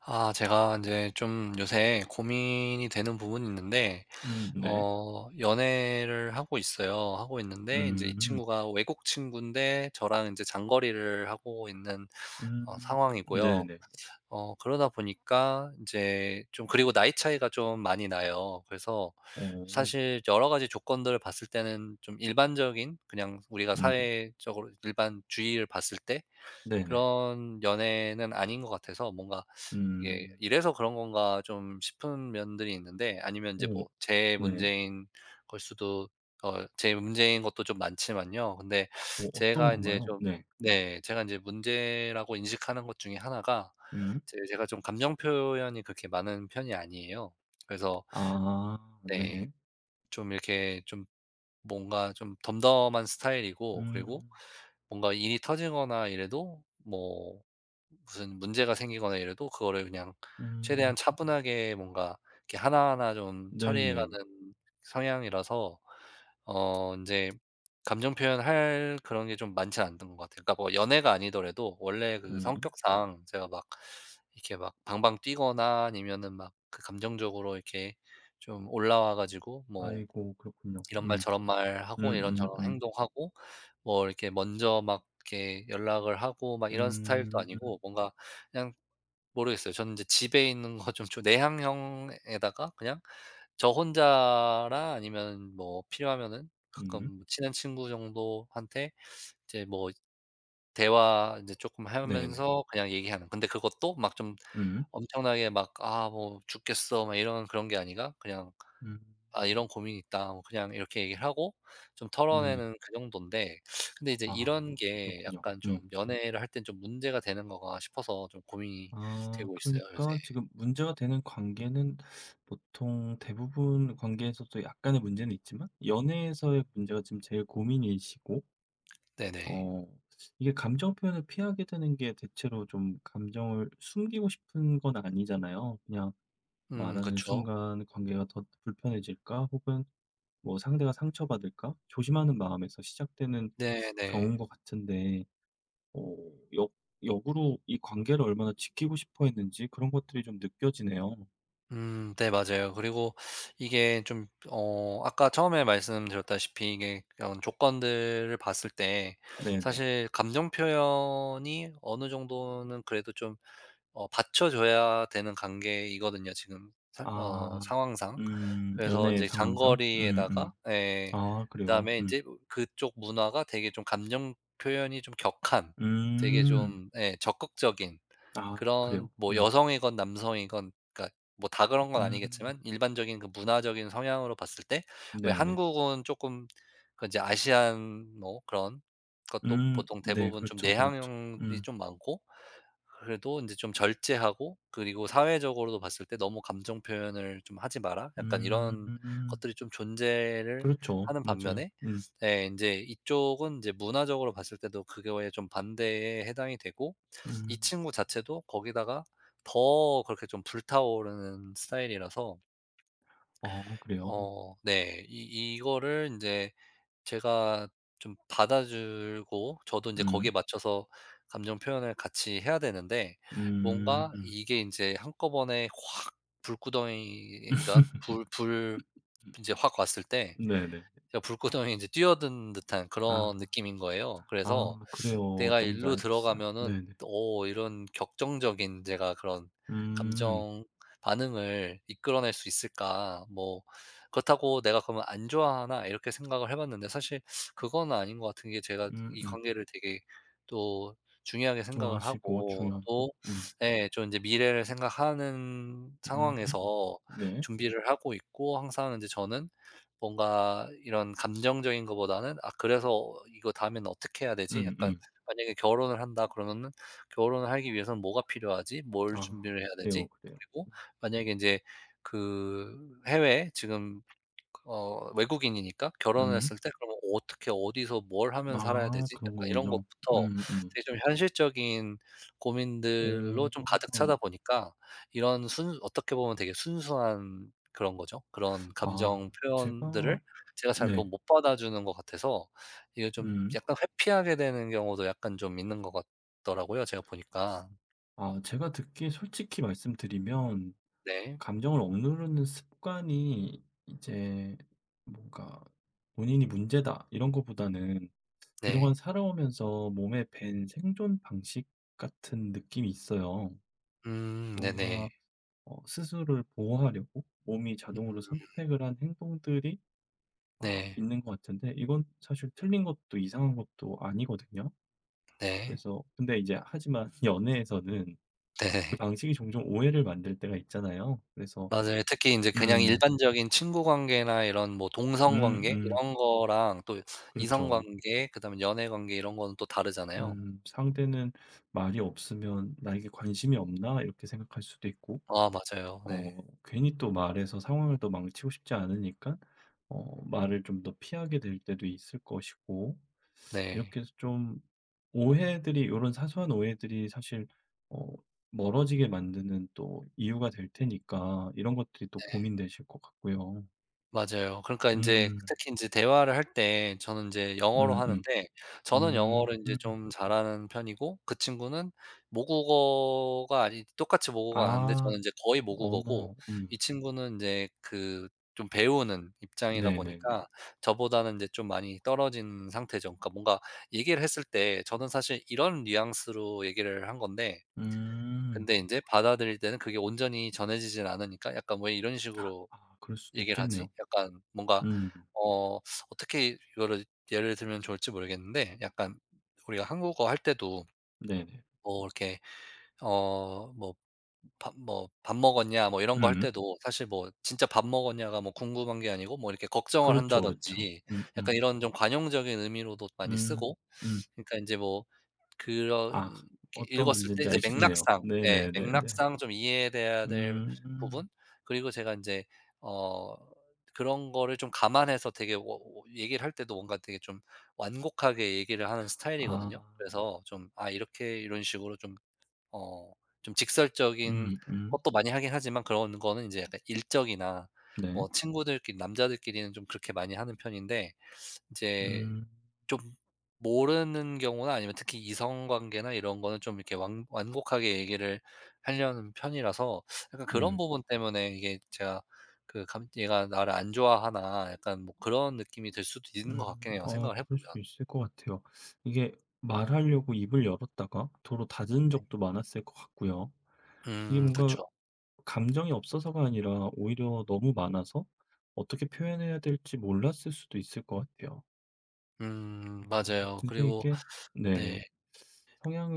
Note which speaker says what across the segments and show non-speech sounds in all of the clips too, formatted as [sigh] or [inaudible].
Speaker 1: 아, 제가 이제 좀 요새 고민이 되는 부분이 있는데,
Speaker 2: 네.
Speaker 1: 연애를 하고 있어요. 하고 있는데 이제 이
Speaker 2: 음.
Speaker 1: 친구가 외국 친구인데 저랑 이제 장거리를 하고 있는
Speaker 2: 음
Speaker 1: 상황이고요.
Speaker 2: 네네.
Speaker 1: 그러다 보니까 이제 좀, 그리고 나이 차이가 좀 많이 나요. 그래서
Speaker 2: 어.
Speaker 1: 사실 여러 가지 조건들을 봤을 때는 좀 일반적인, 그냥 우리가
Speaker 2: 음
Speaker 1: 사회적으로 일반 주의를 봤을 때
Speaker 2: 네네.
Speaker 1: 그런 연애는 아닌 것 같아서, 뭔가 이게
Speaker 2: 음.
Speaker 1: '이래서 그런 건가.' 좀 싶은 면들이 있는데, 아니면 이제
Speaker 2: 오
Speaker 1: 뭐 제
Speaker 2: 네.
Speaker 1: 문제인 걸 수도 어 제 문제인 것도 좀 많지만요. 근데
Speaker 2: 어떤
Speaker 1: 제가 인제
Speaker 2: 건가요?
Speaker 1: 좀
Speaker 2: 네.
Speaker 1: 네, 제가 인제 문제라고 인식하는 것 중에 하나가
Speaker 2: 음.
Speaker 1: 제 제가 좀 감정 표현이 그렇게 많은 편이 아니에요. 그래서.
Speaker 2: 아
Speaker 1: 네.
Speaker 2: 네.
Speaker 1: 좀 이렇게 좀 뭔가 좀 덤덤한 스타일이고, 그리고
Speaker 2: 음.
Speaker 1: 뭔가 일이 터지거나 이래도, 뭐 무슨 문제가 생기거나 이래도 그거를 그냥 최대한
Speaker 2: 음.
Speaker 1: 차분하게, 뭔가 이렇게 하나하나 좀 처리해
Speaker 2: 네네네.
Speaker 1: 가는 성향이라서 이제 감정 표현할 그런 게 좀 많지는 않던 것 같아요. 그러니까 뭐 연애가 아니더라도 원래 그
Speaker 2: 음.
Speaker 1: 성격상 제가 막 이렇게 막 방방 뛰거나 아니면은 막 그 감정적으로 이렇게 좀 올라와 가지고, 뭐
Speaker 2: 아이고 그렇군요.
Speaker 1: 이런 말
Speaker 2: 음.
Speaker 1: 저런 말 하고 이런저런
Speaker 2: 음.
Speaker 1: 행동하고, 뭐 이렇게 먼저 막 이렇게 연락을 하고 막 이런 스타일도
Speaker 2: 음.
Speaker 1: 아니고, 뭔가 그냥 모르겠어요. 저는 이제 집에 있는 거 좀 내향형에다가 그냥 저 혼자라, 아니면 뭐 필요하면은 가끔
Speaker 2: 음,
Speaker 1: 뭐 친한 친구 정도한테 이제 뭐 대화 이제 조금
Speaker 2: 네네.
Speaker 1: 하면서 그냥 얘기하는, 근데 그것도 막 좀
Speaker 2: 음.
Speaker 1: 엄청나게 막 '아 뭐 죽겠어.' 막 이런 그런 게 아니라, 그냥
Speaker 2: 음.
Speaker 1: "아 이런 고민이 있다." 뭐 그냥 이렇게 얘기를 하고 좀
Speaker 2: 네.
Speaker 1: 털어내는 그 정도인데, 근데 이제 이런
Speaker 2: 아
Speaker 1: 게
Speaker 2: 그렇군요.
Speaker 1: 약간 좀
Speaker 2: 음.
Speaker 1: 연애를 할 땐 좀 문제가 되는 거가 싶어서 좀 고민이
Speaker 2: 아
Speaker 1: 되고 있어요 요새.
Speaker 2: 그러니까 지금 문제가 되는 관계는 보통 대부분 관계에서도 약간의 문제는 있지만 연애에서의 문제가 지금 제일 고민이시고,
Speaker 1: 네네.
Speaker 2: 어 이게 감정 표현을 피하게 되는 게 대체로 좀 감정을 숨기고 싶은 건 아니잖아요. 그냥
Speaker 1: 음,
Speaker 2: 말하는
Speaker 1: 그쵸.
Speaker 2: 순간 관계가 더 불편해질까 혹은 뭐 상대가 상처받을까 조심하는 마음에서 시작되는
Speaker 1: 네네.
Speaker 2: 경우인 것 같은데, 어 역 역으로 이 관계를 얼마나 지키고 싶어 했는지 그런 것들이 좀 느껴지네요.
Speaker 1: 네 맞아요. 그리고 이게 좀 아까 처음에 말씀드렸다시피 이게 그런 조건들을 봤을 때
Speaker 2: 네네.
Speaker 1: 사실 감정 표현이 어느 정도는 그래도 좀 받쳐줘야 되는 관계이거든요 지금, 사 어
Speaker 2: 아.
Speaker 1: 상황상.
Speaker 2: 음.
Speaker 1: 그래서 이
Speaker 2: 연애
Speaker 1: 제
Speaker 2: 상황상? 음음.
Speaker 1: 장거리에다가, 예,
Speaker 2: 아 그래요?
Speaker 1: 그다음에 이
Speaker 2: 음.
Speaker 1: 제 그쪽 문화가 되게 좀 감정 표현이 좀 격한, 되게
Speaker 2: 음.
Speaker 1: 좀, 예, 적극적인,
Speaker 2: 아 그래요?
Speaker 1: 그런 뭐
Speaker 2: 음.
Speaker 1: 여성이건 남성이건, 그러니까 뭐 다 그런 건
Speaker 2: 음.
Speaker 1: 아니겠지만 일반적인 그 문화적인 성향으로 봤을 때 왜
Speaker 2: 네네.
Speaker 1: 한국은 조금 그제 아시안 뭐 그런 것도
Speaker 2: 음.
Speaker 1: 보통
Speaker 2: 네.
Speaker 1: 대부분 좀
Speaker 2: 그렇죠, 그렇죠.
Speaker 1: 내향형이
Speaker 2: 음.
Speaker 1: 좀 많고, 그래도 인제 좀 절제하고 그리고 사회적으로도 봤을 때 "너무 감정 표현을 좀 하지 마라." 약간 이런
Speaker 2: 음.
Speaker 1: 것들이 좀 존재를
Speaker 2: 그렇죠.
Speaker 1: 하는
Speaker 2: 맞아요.
Speaker 1: 반면에,
Speaker 2: 음.
Speaker 1: 예, 인제 이쪽은 인제 문화적으로 봤을 때도 그거에 좀 반대에 해당이 되고, 이
Speaker 2: 음.
Speaker 1: 친구 자체도 거기다가 더 그렇게 좀 불타오르는 스타일이라서
Speaker 2: 어 그래요?
Speaker 1: 네, 이 이거를 인제 제가 좀 받아 주고 저도 인제 거기에
Speaker 2: 음.
Speaker 1: 맞춰서 감정 표현을 같이 해야 되는데, 뭔가
Speaker 2: 음.
Speaker 1: 이게 인제 한꺼번에 확 불구덩이가
Speaker 2: [laughs]
Speaker 1: 불 불 인제 확 왔을 때
Speaker 2: 네네.
Speaker 1: 제가 불구덩이에 인제 뛰어든 듯한
Speaker 2: 아.
Speaker 1: 그런 느낌인 거예요.
Speaker 2: 아
Speaker 1: 그래서
Speaker 2: 그래요.
Speaker 1: 내가
Speaker 2: 어떤지
Speaker 1: 일로
Speaker 2: 알겠어요.
Speaker 1: 들어가면은,
Speaker 2: 네네.
Speaker 1: 오, 이런 격정적인 제가 그런
Speaker 2: 음.
Speaker 1: 감정 반응을 이끌어낼 수 있을까? 뭐 그렇다고 내가 그러면 안 좋아하나? 이렇게 생각을 해 봤는데 사실 그건 아닌 것 같은 게 제가
Speaker 2: 음
Speaker 1: 이
Speaker 2: 음.
Speaker 1: 관계를 되게 또 중요하게 생각을
Speaker 2: 좋아하시고
Speaker 1: 하고
Speaker 2: 중요하고.
Speaker 1: 또,
Speaker 2: 음.
Speaker 1: 예, 좀 이제 미래를 생각하는
Speaker 2: 음.
Speaker 1: 상황에서
Speaker 2: 네.
Speaker 1: 준비를 하고 있고, 항상 이제 저는 뭔가 이런 감정적인 것보다는 '아 그래서 이거 다엔 어떻게 해야 되지?'
Speaker 2: 음
Speaker 1: 약간,
Speaker 2: 음.
Speaker 1: 만약에 결혼을 한다 그러면은 결혼을 하기 위해서는 뭐가 필요하지? 뭘
Speaker 2: 아
Speaker 1: 준비를 해야 되지?
Speaker 2: 그래요, 그래요.
Speaker 1: 그리고 만약에 인제 그 해외 지금 외국인이니까
Speaker 2: 음.
Speaker 1: 결혼했을 때 그러면 '어떻게 어디서 뭘 하면 살아야
Speaker 2: 아
Speaker 1: 되지?'
Speaker 2: 그런
Speaker 1: 약간 이런
Speaker 2: 거군요.
Speaker 1: 것부터
Speaker 2: 음음.
Speaker 1: 되게 좀 현실적인 고민들로
Speaker 2: 오.
Speaker 1: 좀 가득 차다 보니까, 이런 순 어떻게 보면 되게 순수한 그런 거죠. 그런
Speaker 2: 아
Speaker 1: 감정 표현들을
Speaker 2: 제가
Speaker 1: 제가 잘 뭐
Speaker 2: 네.
Speaker 1: 못 받아주는 것 같아서 이게 좀
Speaker 2: 음.
Speaker 1: 약간 회피하게 되는 경우도 약간 좀 있는 것 같더라고요, 제가 보니까.
Speaker 2: 아 제가 듣기에 솔직히 말씀드리면
Speaker 1: 네.
Speaker 2: 감정을 억누르는 습관이 이제 뭔가 '본인이 문제다.' 이런 거보다는
Speaker 1: 네.
Speaker 2: 그동안 살아오면서 몸에 밴 생존 방식 같은 느낌이 있어요.
Speaker 1: 음, 네네.
Speaker 2: 뭔가 스스로를 보호하려고 몸이 자동으로
Speaker 1: 음,
Speaker 2: 선택을 한 행동들이
Speaker 1: 네.
Speaker 2: 있는 것 같은데 이건 사실 틀린 것도 이상한 것도 아니거든요.
Speaker 1: 네.
Speaker 2: 그래서 근데 이제 하지만 [laughs] 연애에서는 그
Speaker 1: 네네.
Speaker 2: 방식이 종종 오해를 만들 때가 있잖아요. 그래서
Speaker 1: 맞아요. 특히 인제 그냥
Speaker 2: 음,
Speaker 1: 일반적인 친구 관계나 이런 뭐 동성
Speaker 2: 음,
Speaker 1: 관계
Speaker 2: 음,
Speaker 1: 이런 거랑, 또 이성
Speaker 2: 그렇죠.
Speaker 1: 관계 그다음에 연애 관계 이런 거는 또 다르잖아요.
Speaker 2: 상대는 말이 없으면 나에게 관심이 없나 이렇게 생각할 수도 있고,
Speaker 1: 아, 맞아요. 네.
Speaker 2: 어 괜히 또 말해서 상황을 더 망치고 싶지 않으니까 말을 좀 더 피하게 될 때도 있을 것이고,
Speaker 1: 네.
Speaker 2: 이렇게 해서 좀 오해들이 이런 사소한 오해들이 사실 어 멀어지게 만드는 또 이유가 될 테니까 이런 것들이 또
Speaker 1: 네.
Speaker 2: 고민되실 것 같고요.
Speaker 1: 맞아요. 그러니까 인제
Speaker 2: 음.
Speaker 1: 특히 인제 대화를 할 때 저는 인제 영어로
Speaker 2: 음음.
Speaker 1: 하는데 저는
Speaker 2: 음.
Speaker 1: 영어를 인제 좀 잘하는 편이고, 그 친구는 모국어가 아니 똑같이 모국어가 아는데
Speaker 2: 아
Speaker 1: 저는 인제 거의 모국어고,
Speaker 2: 언어.
Speaker 1: 이
Speaker 2: 음.
Speaker 1: 친구는 인제 그 좀 배우는 입장이다 보니까
Speaker 2: 네네네.
Speaker 1: 저보다는 인제 좀 많이 떨어진 상태죠. 그러니까 뭔가 얘기를 했을 때 저는 사실 이런 뉘앙스로 얘기를 한 건데,
Speaker 2: 음.
Speaker 1: 근데 인제 받아들일 때는 그게 온전히 전해지진 않으니까 약간 왜 이런 식으로
Speaker 2: 아 그럴 수도
Speaker 1: 얘기를 하지?
Speaker 2: 있겠네요.
Speaker 1: 약간 뭔가
Speaker 2: 음.
Speaker 1: 어 어떻게 이거를 예를 들면 좋을지 모르겠는데, 약간 우리가 한국어 할 때도
Speaker 2: 네네.
Speaker 1: 뭐 이렇게 어 뭐 뭐 "밥 먹었냐?" 뭐 이런 거 할
Speaker 2: 음.
Speaker 1: 때도 사실 뭐 진짜 "밥 먹었냐?"가 뭐 궁금한 게 아니고 뭐 이렇게 걱정을
Speaker 2: 그렇죠, 그렇죠.
Speaker 1: 한다든지,
Speaker 2: 음음.
Speaker 1: 약간 이런 좀 관용적인 의미로도 많이
Speaker 2: 음.
Speaker 1: 쓰고,
Speaker 2: 음.
Speaker 1: 그러니까 인제 뭐 그런
Speaker 2: 아
Speaker 1: 게
Speaker 2: 어떤
Speaker 1: 읽었을 때
Speaker 2: 문제인지
Speaker 1: 이제
Speaker 2: 알겠네요.
Speaker 1: 맥락상, 예,
Speaker 2: 네네네네.
Speaker 1: 맥락상 좀 이해돼야 될
Speaker 2: 음.
Speaker 1: 부분, 그리고 제가 인제 어 그런 거를 좀 감안해서 되게 워 워 얘기를 할 때도 뭔가 되게 좀 완곡하게 얘기를 하는 스타일이거든요.
Speaker 2: 아.
Speaker 1: 그래서 좀, 아, 이렇게 이런 식으로 좀 어 좀 직설적인
Speaker 2: 음 음.
Speaker 1: 것도 많이 하긴 하지만, 그런 거는 인제 약간 일적이나
Speaker 2: 네.
Speaker 1: 뭐 친구들끼리 남자들끼리는 좀 그렇게 많이 하는 편인데, 인제
Speaker 2: 음.
Speaker 1: 좀 모르는 경우나 아니면 특히 이성 관계나 이런 거는 좀 이렇게 완 완곡하게 얘기를 하려는 편이라서, 약간 그런
Speaker 2: 음.
Speaker 1: 부분 때문에 이게 제가 그 감 '얘가 나를 안 좋아하나.' 약간 뭐 그런 느낌이 들 수도 있는 것
Speaker 2: 음.
Speaker 1: 같긴 해요, 생각을 해
Speaker 2: 그럴
Speaker 1: 보면.
Speaker 2: 수 있을 것 같아요. 이게 말하려고 입을 열었다가 도로 닫은
Speaker 1: 네.
Speaker 2: 적도 많았을 것 같고요. 이게
Speaker 1: 음,
Speaker 2: 뭔가
Speaker 1: 그쵸.
Speaker 2: 감정이 없어서가 아니라 오히려 너무 많아서 어떻게 표현해야 될지 몰랐을 수도 있을 것 같아요.
Speaker 1: 음,
Speaker 2: 음
Speaker 1: 맞아요.
Speaker 2: 근데
Speaker 1: 그리고.
Speaker 2: 이게 네.
Speaker 1: 네.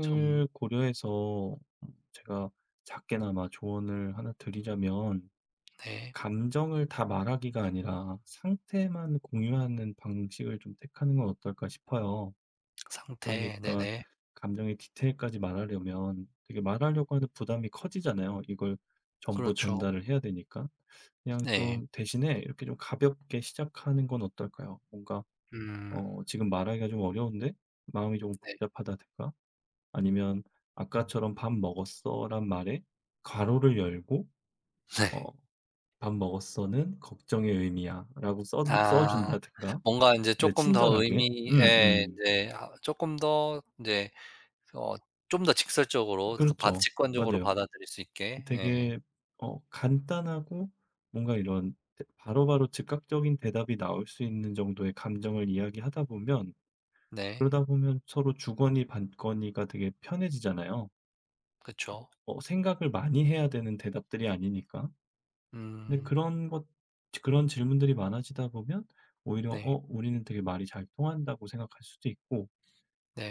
Speaker 1: 좀.
Speaker 2: 고려해서 제가 작게나마 조언을 하나 드리자면
Speaker 1: 네.
Speaker 2: 감정을 다 말하기가 아니라 상태만 공유하는 방식을 좀 택하는 건 어떨까 싶어요.
Speaker 1: 상태.
Speaker 2: 그러니까
Speaker 1: 네네.
Speaker 2: 감정의 디테일까지 말하려면 되게 말하려고 하는 부담이 커지잖아요. 이걸 전부
Speaker 1: 그렇죠.
Speaker 2: 전달을 해야 되니까. 그냥
Speaker 1: 네.
Speaker 2: 좀 대신에 이렇게 좀 가볍게 시작하는 건 어떨까요? 뭔가
Speaker 1: 음,
Speaker 2: 지금 말하기가 좀 어려운데 마음이 조금
Speaker 1: 네.
Speaker 2: 복잡하다든가, 아니면
Speaker 1: 음.
Speaker 2: "아까처럼 '밥 먹었어?'란 말에 괄호를 열고
Speaker 1: [laughs] 네.
Speaker 2: 어 '밥 먹었어.'는 걱정의 의미야."라고 써
Speaker 1: 아.
Speaker 2: 준다든가.
Speaker 1: 뭔가 인제
Speaker 2: 네
Speaker 1: 쪼끔 더
Speaker 2: 친절하게.
Speaker 1: 의미에
Speaker 2: 음음.
Speaker 1: 인제, 아, 쪼끔 더 인제 어 좀 더 직설적으로, 그 받
Speaker 2: 그렇죠.
Speaker 1: 직관적으로
Speaker 2: 맞아요.
Speaker 1: 받아들일 수 있게. 예.
Speaker 2: 되게 간단하고 뭔가 이런 대 바로바로 즉각적인 대답이 나올 수 있는 정도의 감정을 이야기하다 보면,
Speaker 1: 네.
Speaker 2: 그러다 보면 서로 주거니 받거니가 되게 편해지잖아요.
Speaker 1: 그쵸.
Speaker 2: 생각을 많이 해야 되는 대답들이 아니니까. 근데
Speaker 1: 음.
Speaker 2: 그런 질문들이 많아지다 보면 오히려
Speaker 1: 네.
Speaker 2: 우리는 되게 말이 잘 통한다고 생각할 수도 있고,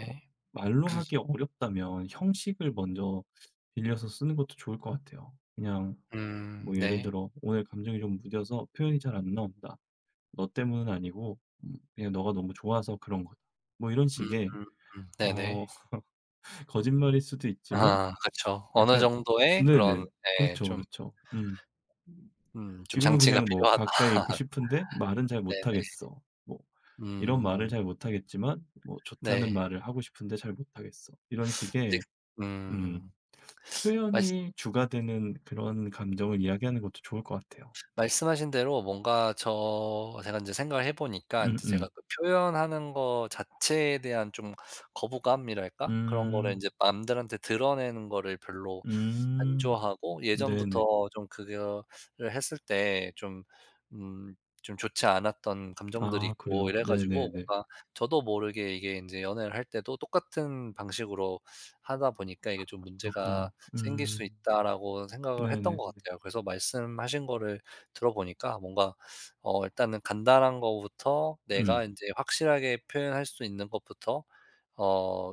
Speaker 2: 어 말로 하기 어렵다면 형식을 먼저 빌려서 쓰는 것도 좋을 것 같아요. 그냥
Speaker 1: 음,
Speaker 2: 뭐 예를
Speaker 1: 네.
Speaker 2: 들어 "오늘 감정이 좀 무뎌서 표현이 잘 안 나온다. 너 때문은 아니고 그냥 너가 너무 좋아서 그런 거다." 뭐 이런 식의 어
Speaker 1: 네네.
Speaker 2: [laughs] 거짓말일 수도 있지만
Speaker 1: 아, 그쵸. 어느
Speaker 2: 약간.
Speaker 1: 정도의
Speaker 2: 네네.
Speaker 1: 그런, 예,
Speaker 2: 그렇죠,
Speaker 1: 좀,
Speaker 2: 그렇죠. 음.
Speaker 1: 음, 좀
Speaker 2: 지금은
Speaker 1: 장치가 [laughs]
Speaker 2: 그냥 뭐
Speaker 1: 필요하다.
Speaker 2: "가까이 있고 싶은데 말은 잘
Speaker 1: 네네.
Speaker 2: 못하겠어." 뭐 "이런 말을
Speaker 1: 음.
Speaker 2: 잘 못하겠지만 뭐 좋다는
Speaker 1: 네.
Speaker 2: 말을 하고 싶은데 잘 못하겠어." 이런
Speaker 1: 이제
Speaker 2: 식의 음
Speaker 1: 음. 말씀
Speaker 2: 표현이 주가 되는 그런 감정을 이야기하는 것도 좋을 것 같아요.
Speaker 1: 말씀하신 대로 뭔가 제가 인제 생각을 해 보니까 인제
Speaker 2: 음음.
Speaker 1: 제가 그 표현하는 거 자체에 대한 좀 거부감이랄까? 그런 거를
Speaker 2: 음.
Speaker 1: 인제 남들한테 드러내는 거를 별로 안
Speaker 2: 음.
Speaker 1: 좋아하고
Speaker 2: 네네.
Speaker 1: 예전부터 좀 그거를 했을 때 좀 음 좀 좋지 않았던 감정들이
Speaker 2: 아
Speaker 1: 있고
Speaker 2: 그래요?
Speaker 1: 이래 가지고,
Speaker 2: 네네네.
Speaker 1: 뭔가 저도 모르게 이게 인제 연애를 할 때도 똑같은 방식으로 하다 보니까
Speaker 2: 아
Speaker 1: '이게 좀 문제가
Speaker 2: 그렇군요.
Speaker 1: 생길 수
Speaker 2: 음.
Speaker 1: 있다.'라고 생각을 했던
Speaker 2: 네네네.
Speaker 1: 것 같아요. 그래서 말씀하신 거를 들어보니까 뭔가 일단은 간단한 거부터,
Speaker 2: 음.
Speaker 1: 내가 인제 확실하게 표현할 수 있는 것부터 어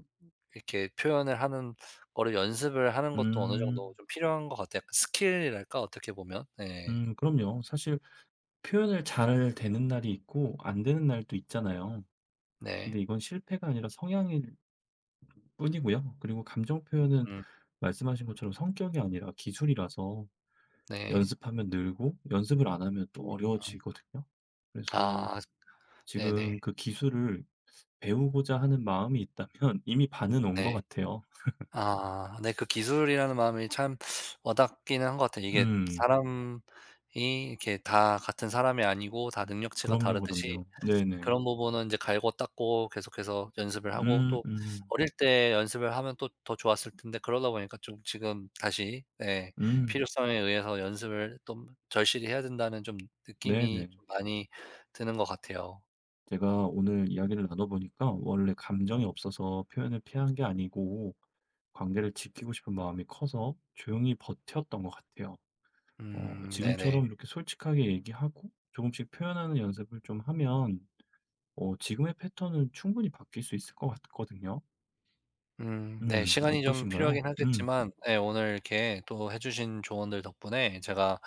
Speaker 1: 이렇게 표현을 하는 거를 연습을 하는 것도 어느 정도
Speaker 2: 음.
Speaker 1: 좀 필요한 것 같아요. 약간 스킬이랄까 어떻게 보면. 네.
Speaker 2: 그럼요. 사실 표현을 잘 되는 날이 있고 안 되는 날도 있잖아요.
Speaker 1: 네.
Speaker 2: 근데 이건 실패가 아니라 성향일 뿐이고요. 그리고 감정 표현은
Speaker 1: 음,
Speaker 2: 말씀하신 것처럼 성격이 아니라 기술이라서
Speaker 1: 네.
Speaker 2: 연습하면 늘고 연습을 안 하면 또
Speaker 1: 음.
Speaker 2: 어려워지거든요. 그래서
Speaker 1: 아, 네네.
Speaker 2: 지금 그 기술을 배우고자 하는 마음이 있다면 [laughs] 이미 반은 온 것
Speaker 1: 네.
Speaker 2: 같아요.
Speaker 1: 아, 네, 그 기술이라는 마음이 참 와닿기는 한 것 같아요. 이게
Speaker 2: 음.
Speaker 1: 사람이 이렇게 다 같은 사람이 아니고 다 능력치가
Speaker 2: 그럼요,
Speaker 1: 다르듯이
Speaker 2: 그럼요. 네네.
Speaker 1: 그런 부분은 이제 갈고 닦고 계속해서 연습을 하고,
Speaker 2: 음
Speaker 1: 또
Speaker 2: 음.
Speaker 1: 어릴 때 연습을 하면 또 더 좋았을 텐데 그러다 보니까 좀 지금 다시, 예,
Speaker 2: 음.
Speaker 1: 필요성에 의해서 연습을 좀 절실히 해야 된다는 좀 느낌이
Speaker 2: 네네.
Speaker 1: 좀 많이 드는 것 같아요.
Speaker 2: 제가 오늘 이야기를 나눠 보니까 원래 감정이 없어서 표현을 피한 게 아니고 관계를 지키고 싶은 마음이 커서 조용히 버텼던 것 같아요.
Speaker 1: 음, 네네.
Speaker 2: 지금처럼 이렇게 솔직하게 얘기하고 조금씩 표현하는 연습을 좀 하면 지금의 패턴은 충분히 바뀔 수 있을 것 같거든요.
Speaker 1: 음, 네, 시간이 좀
Speaker 2: 어떠신가요?
Speaker 1: 필요하긴 하겠지만, 네, 오늘 이렇게 또 해 주신 조언들 덕분에 제가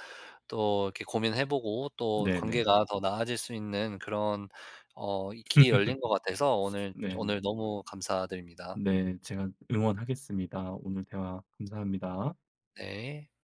Speaker 1: 또 이렇게 고민해 보고, 또
Speaker 2: 네네.
Speaker 1: 관계가, 네, 더 나아질 수 있는 그런 이 길이 열린 것 같아서 오늘
Speaker 2: 네네.
Speaker 1: 너무 감사드립니다.
Speaker 2: 네. 제가 응원하겠습니다. 오늘 대화 감사합니다.
Speaker 1: 네.